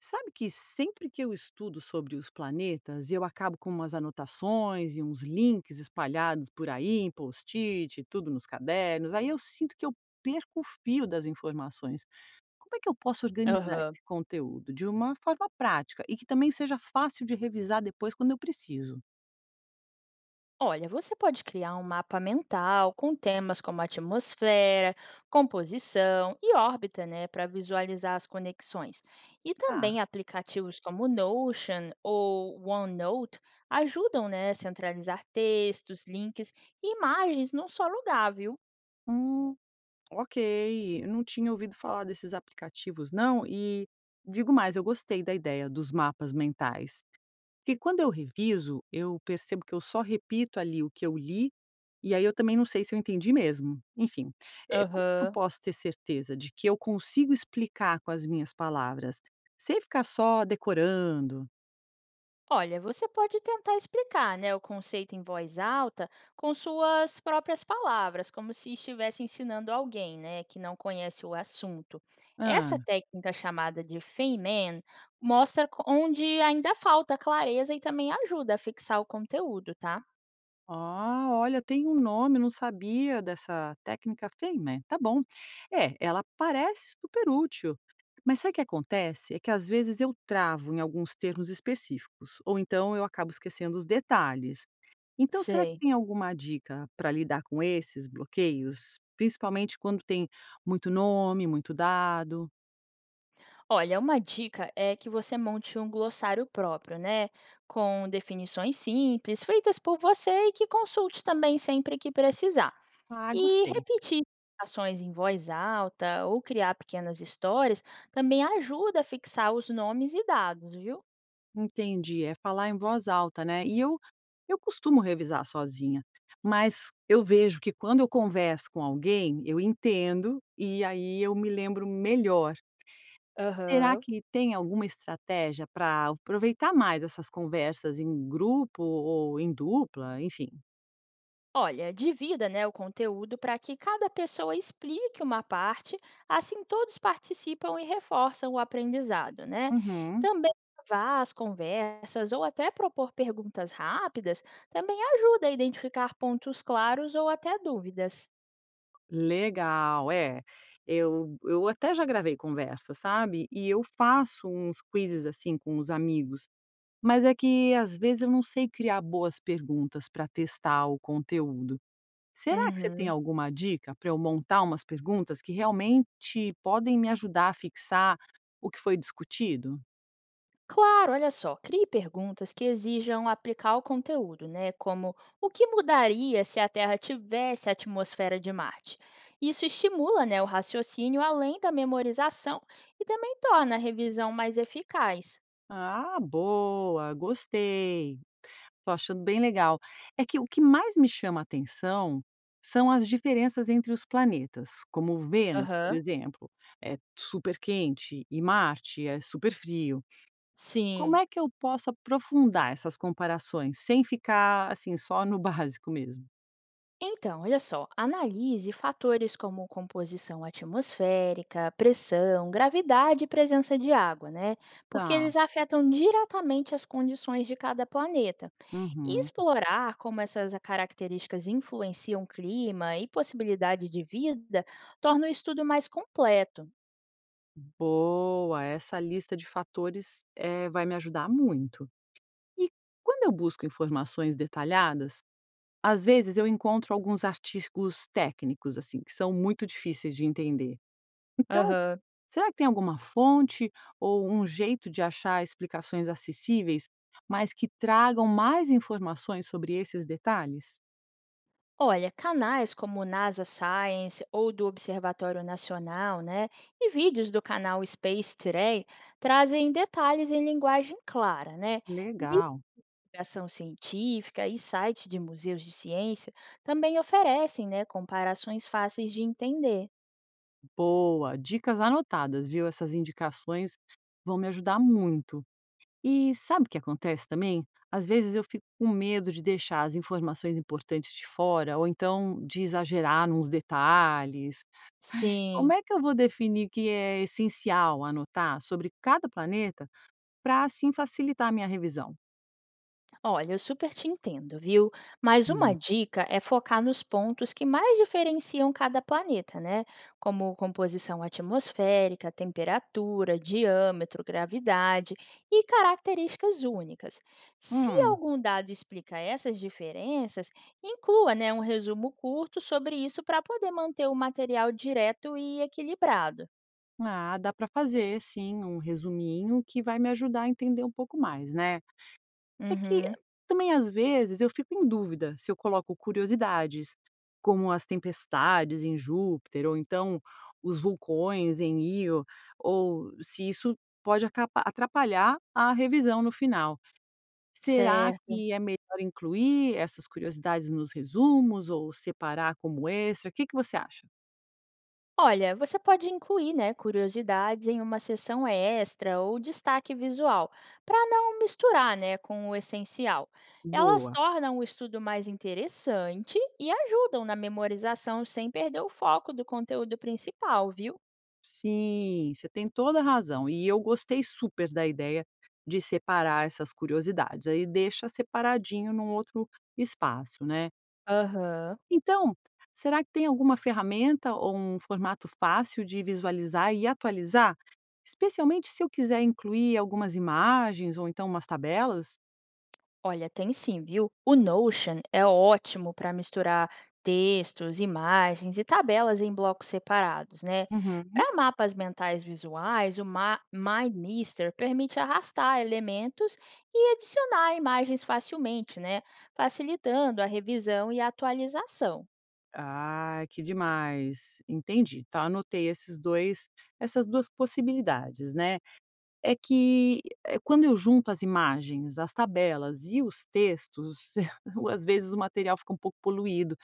Sabe que sempre que eu estudo sobre os planetas, eu acabo com umas anotações e uns links espalhados por aí, em post-it, tudo nos cadernos. Aí eu sinto que eu perco o fio das informações. Como é que eu posso organizar Aham. esse conteúdo de uma forma prática e que também seja fácil de revisar depois quando eu preciso? Olha, você pode criar um mapa mental com temas como atmosfera, composição e órbita, né, para visualizar as conexões. E Tá. também aplicativos como Notion ou OneNote ajudam, né, a centralizar textos, links e imagens num só lugar, viu? Hum, ok. Eu não tinha ouvido falar desses aplicativos, não. E digo mais, eu gostei da ideia dos mapas mentais. Porque quando eu reviso, eu percebo que eu só repito ali o que eu li, e aí eu também não sei se eu entendi mesmo. Enfim, como é que eu Aham. posso ter certeza de que eu consigo explicar com as minhas palavras, sem ficar só decorando? Olha, você pode tentar explicar, né, o conceito em voz alta com suas próprias palavras, como se estivesse ensinando alguém, né, que não conhece o assunto. Essa Ah, técnica chamada de Feynman mostra onde ainda falta clareza e também ajuda a fixar o conteúdo, tá? ó, olha, tem um nome, não sabia dessa técnica Feynman. Tá bom. É, ela parece super útil. Mas sabe o que acontece? É que às vezes eu travo em alguns termos específicos, ou então eu acabo esquecendo os detalhes. Então, será que Sei. tem alguma dica para lidar com esses bloqueios? Principalmente quando tem muito nome, muito dado? Olha, uma dica é que você monte um glossário próprio, né? Com definições simples, feitas por você e que consulte também sempre que precisar. Ah, E gostei. repetir ações em voz alta ou criar pequenas histórias também ajuda a fixar os nomes e dados, viu? Entendi. É falar em voz alta, né? E eu costumo revisar sozinha, mas eu vejo que quando eu converso com alguém, eu entendo e aí eu me lembro melhor. Será Aham. que tem alguma estratégia para aproveitar mais essas conversas em grupo ou em dupla? Enfim. Olha, divida, né, o conteúdo para que cada pessoa explique uma parte, assim todos participam e reforçam o aprendizado, né? Uhum. Também gravar as conversas ou até propor perguntas rápidas também ajuda a identificar pontos claros ou até dúvidas. Legal, é. Eu até já gravei conversa, sabe, e eu faço uns quizzes, assim, com os amigos, mas é que às vezes eu não sei criar boas perguntas para testar o conteúdo. Será que você tem Uhum. alguma dica para eu montar umas perguntas que realmente podem me ajudar a fixar o que foi discutido? Claro, olha só, crie perguntas que exijam aplicar o conteúdo, né? Como o que mudaria se a Terra tivesse a atmosfera de Marte? Isso estimula, né, o raciocínio além da memorização e também torna a revisão mais eficaz. Ah, boa, gostei. Tô achando bem legal. É que o que mais me chama a atenção são as diferenças entre os planetas, como Vênus, por Aham. exemplo, é super quente e Marte é super frio. Como Sim. é que eu posso aprofundar essas comparações sem ficar assim só no básico mesmo? Então, olha só, analise fatores como composição atmosférica, pressão, gravidade e presença de água, né? Porque Tá. eles afetam diretamente as condições de cada planeta. E Uhum. explorar como essas características influenciam o clima e possibilidade de vida torna o estudo mais completo. Boa, essa lista de fatores vai me ajudar muito. E quando eu busco informações detalhadas, às vezes eu encontro alguns artigos técnicos, assim, que são muito difíceis de entender. Então, Aham. será que tem alguma fonte ou um jeito de achar explicações acessíveis, mas que tragam mais informações sobre esses detalhes? Olha, canais como o NASA Science ou do Observatório Nacional, né, e vídeos do canal Space Today trazem detalhes em linguagem clara, né? Legal, Divulgação científica e sites de museus de ciência também oferecem, né, comparações fáceis de entender. boa, dicas anotadas, viu? Essas indicações vão me ajudar muito. E sabe o que acontece também? Às vezes eu fico com medo de deixar as informações importantes de fora, ou então de exagerar nos detalhes. Como Sim. é que eu vou definir o que é essencial anotar sobre cada planeta para assim facilitar a minha revisão? Olha, eu super te entendo, viu? Mas uma Hum. dica é focar nos pontos que mais diferenciam cada planeta, né? Como composição atmosférica, temperatura, diâmetro, gravidade e características únicas. Se Hum, algum dado explica essas diferenças, inclua, né, um resumo curto sobre isso para poder manter o material direto e equilibrado. ah, dá para fazer sim um resuminho que vai me ajudar a entender um pouco mais, né? É que Uhum. também às vezes eu fico em dúvida se eu coloco curiosidades, como as tempestades em Júpiter, ou então os vulcões em Io, ou se isso pode atrapalhar a revisão no final. Será Certo. que é melhor incluir essas curiosidades nos resumos ou separar como extra? O que que você acha? Olha, você pode incluir, né, curiosidades em uma sessão extra ou destaque visual, para não misturar, né, com o essencial. Elas Boa. tornam o estudo mais interessante e ajudam na memorização sem perder o foco do conteúdo principal, viu? Sim, você tem toda a razão. E eu gostei super da ideia de separar essas curiosidades. Aí deixa separadinho num outro espaço, né? Aham. Então, será que tem alguma ferramenta ou um formato fácil de visualizar e atualizar? Especialmente se eu quiser incluir algumas imagens ou então umas tabelas? Olha, tem sim, viu? O Notion é ótimo para misturar textos, imagens e tabelas em blocos separados, né? Uhum. Para mapas mentais visuais, o Mind Mister permite arrastar elementos e adicionar imagens facilmente, né? Facilitando a revisão e a atualização. Ah, que demais. Entendi. Então anotei esses 2, essas 2 possibilidades, né. É que, é quando eu junto as imagens, as tabelas e os textos, eu, às vezes o material fica um pouco poluído.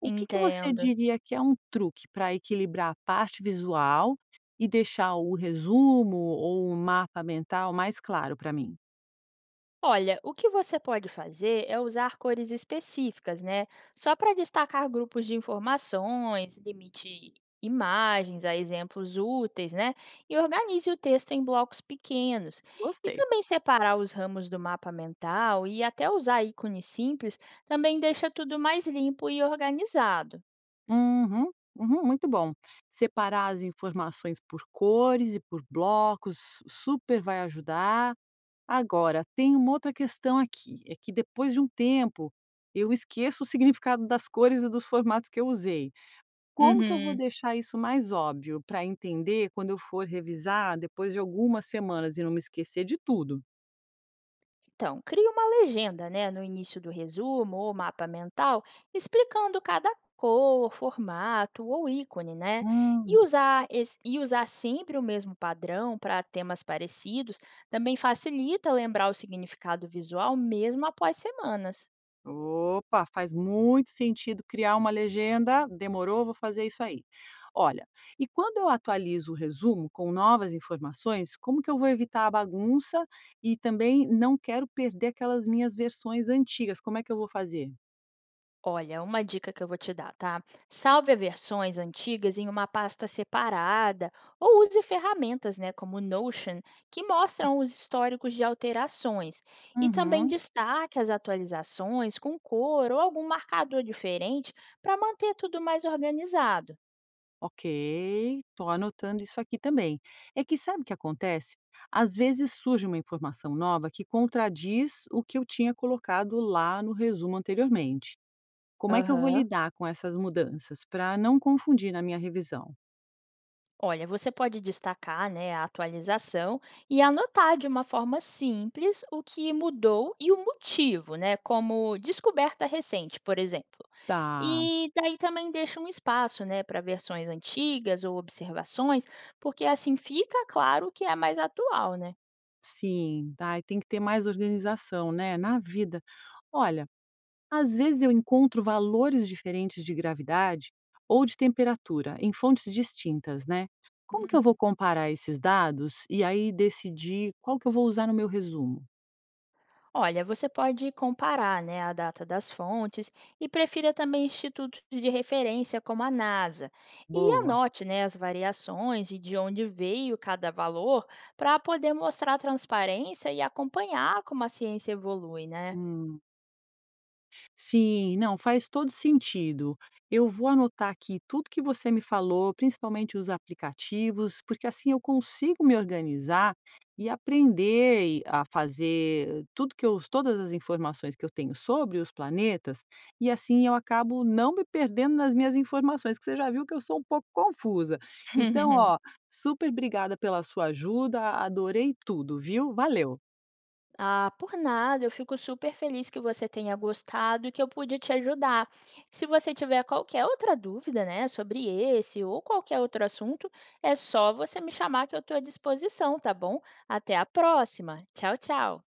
O que que você Entendo. diria que é um truque para equilibrar a parte visual e deixar o resumo ou o mapa mental mais claro para mim? Olha, o que você pode fazer é usar cores específicas, né? Só para destacar grupos de informações, limite imagens a exemplos úteis, né? E organize o texto em blocos pequenos. E Gostei. também separar os ramos do mapa mental e até usar ícones simples também deixa tudo mais limpo e organizado. Uhum, uhum, muito bom. Separar as informações por cores e por blocos super vai ajudar. Agora, tem uma outra questão aqui, é que depois de um tempo eu esqueço o significado das cores e dos formatos que eu usei. Como que eu vou Uhum. deixar isso mais óbvio para entender quando eu for revisar depois de algumas semanas e não me esquecer de tudo? Então, crie uma legenda, né, no início do resumo ou mapa mental, explicando cada cor, formato ou ícone, né? E e usar sempre o mesmo padrão para temas parecidos também facilita lembrar o significado visual mesmo após semanas. Opa, faz muito sentido criar uma legenda. Demorou, vou fazer isso aí. Olha, e quando eu atualizo o resumo com novas informações, como que eu vou evitar a bagunça e também não quero perder aquelas minhas versões antigas? Como é que eu vou fazer? Olha, uma dica que eu vou te dar, tá? Salve versões antigas em uma pasta separada ou use ferramentas, né, como o Notion, que mostram os históricos de alterações. E também Uhum. destaque as atualizações com cor ou algum marcador diferente para manter tudo mais organizado. Ok, tô anotando isso aqui também. É que sabe o que acontece? Às vezes surge uma informação nova que contradiz o que eu tinha colocado lá no resumo anteriormente. Como é que eu vou Aham. lidar com essas mudanças para não confundir na minha revisão? Olha, você pode destacar, né, a atualização e anotar de uma forma simples o que mudou e o motivo, né, como descoberta recente, por exemplo. Tá, E daí também deixa um espaço, né, para versões antigas ou observações, porque assim fica claro que é mais atual, né? sim, tá, e tem que ter mais organização, né, na vida. Olha, às vezes eu encontro valores diferentes de gravidade ou de temperatura em fontes distintas, né. Como que eu vou Uhum. comparar esses dados e aí decidir qual que eu vou usar no meu resumo? Olha, você pode comparar, né, a data das fontes e prefira também institutos de referência como a NASA e Boa. anote, né, as variações e de onde veio cada valor para poder mostrar transparência e acompanhar como a ciência evolui, né? Hum. Sim, não, faz todo sentido. Eu vou anotar aqui tudo que você me falou, principalmente os aplicativos, porque assim eu consigo me organizar e aprender a fazer tudo que eu, todas as informações que eu tenho sobre os planetas, e assim eu acabo não me perdendo nas minhas informações, que você já viu que eu sou um pouco confusa. Então, ó, super obrigada pela sua ajuda, adorei tudo, viu? Valeu. Ah, por nada, eu fico super feliz que você tenha gostado e que eu pude te ajudar. Se você tiver qualquer outra dúvida, né, sobre esse ou qualquer outro assunto, é só você me chamar que eu estou à disposição, tá bom? Até a próxima. Tchau, tchau.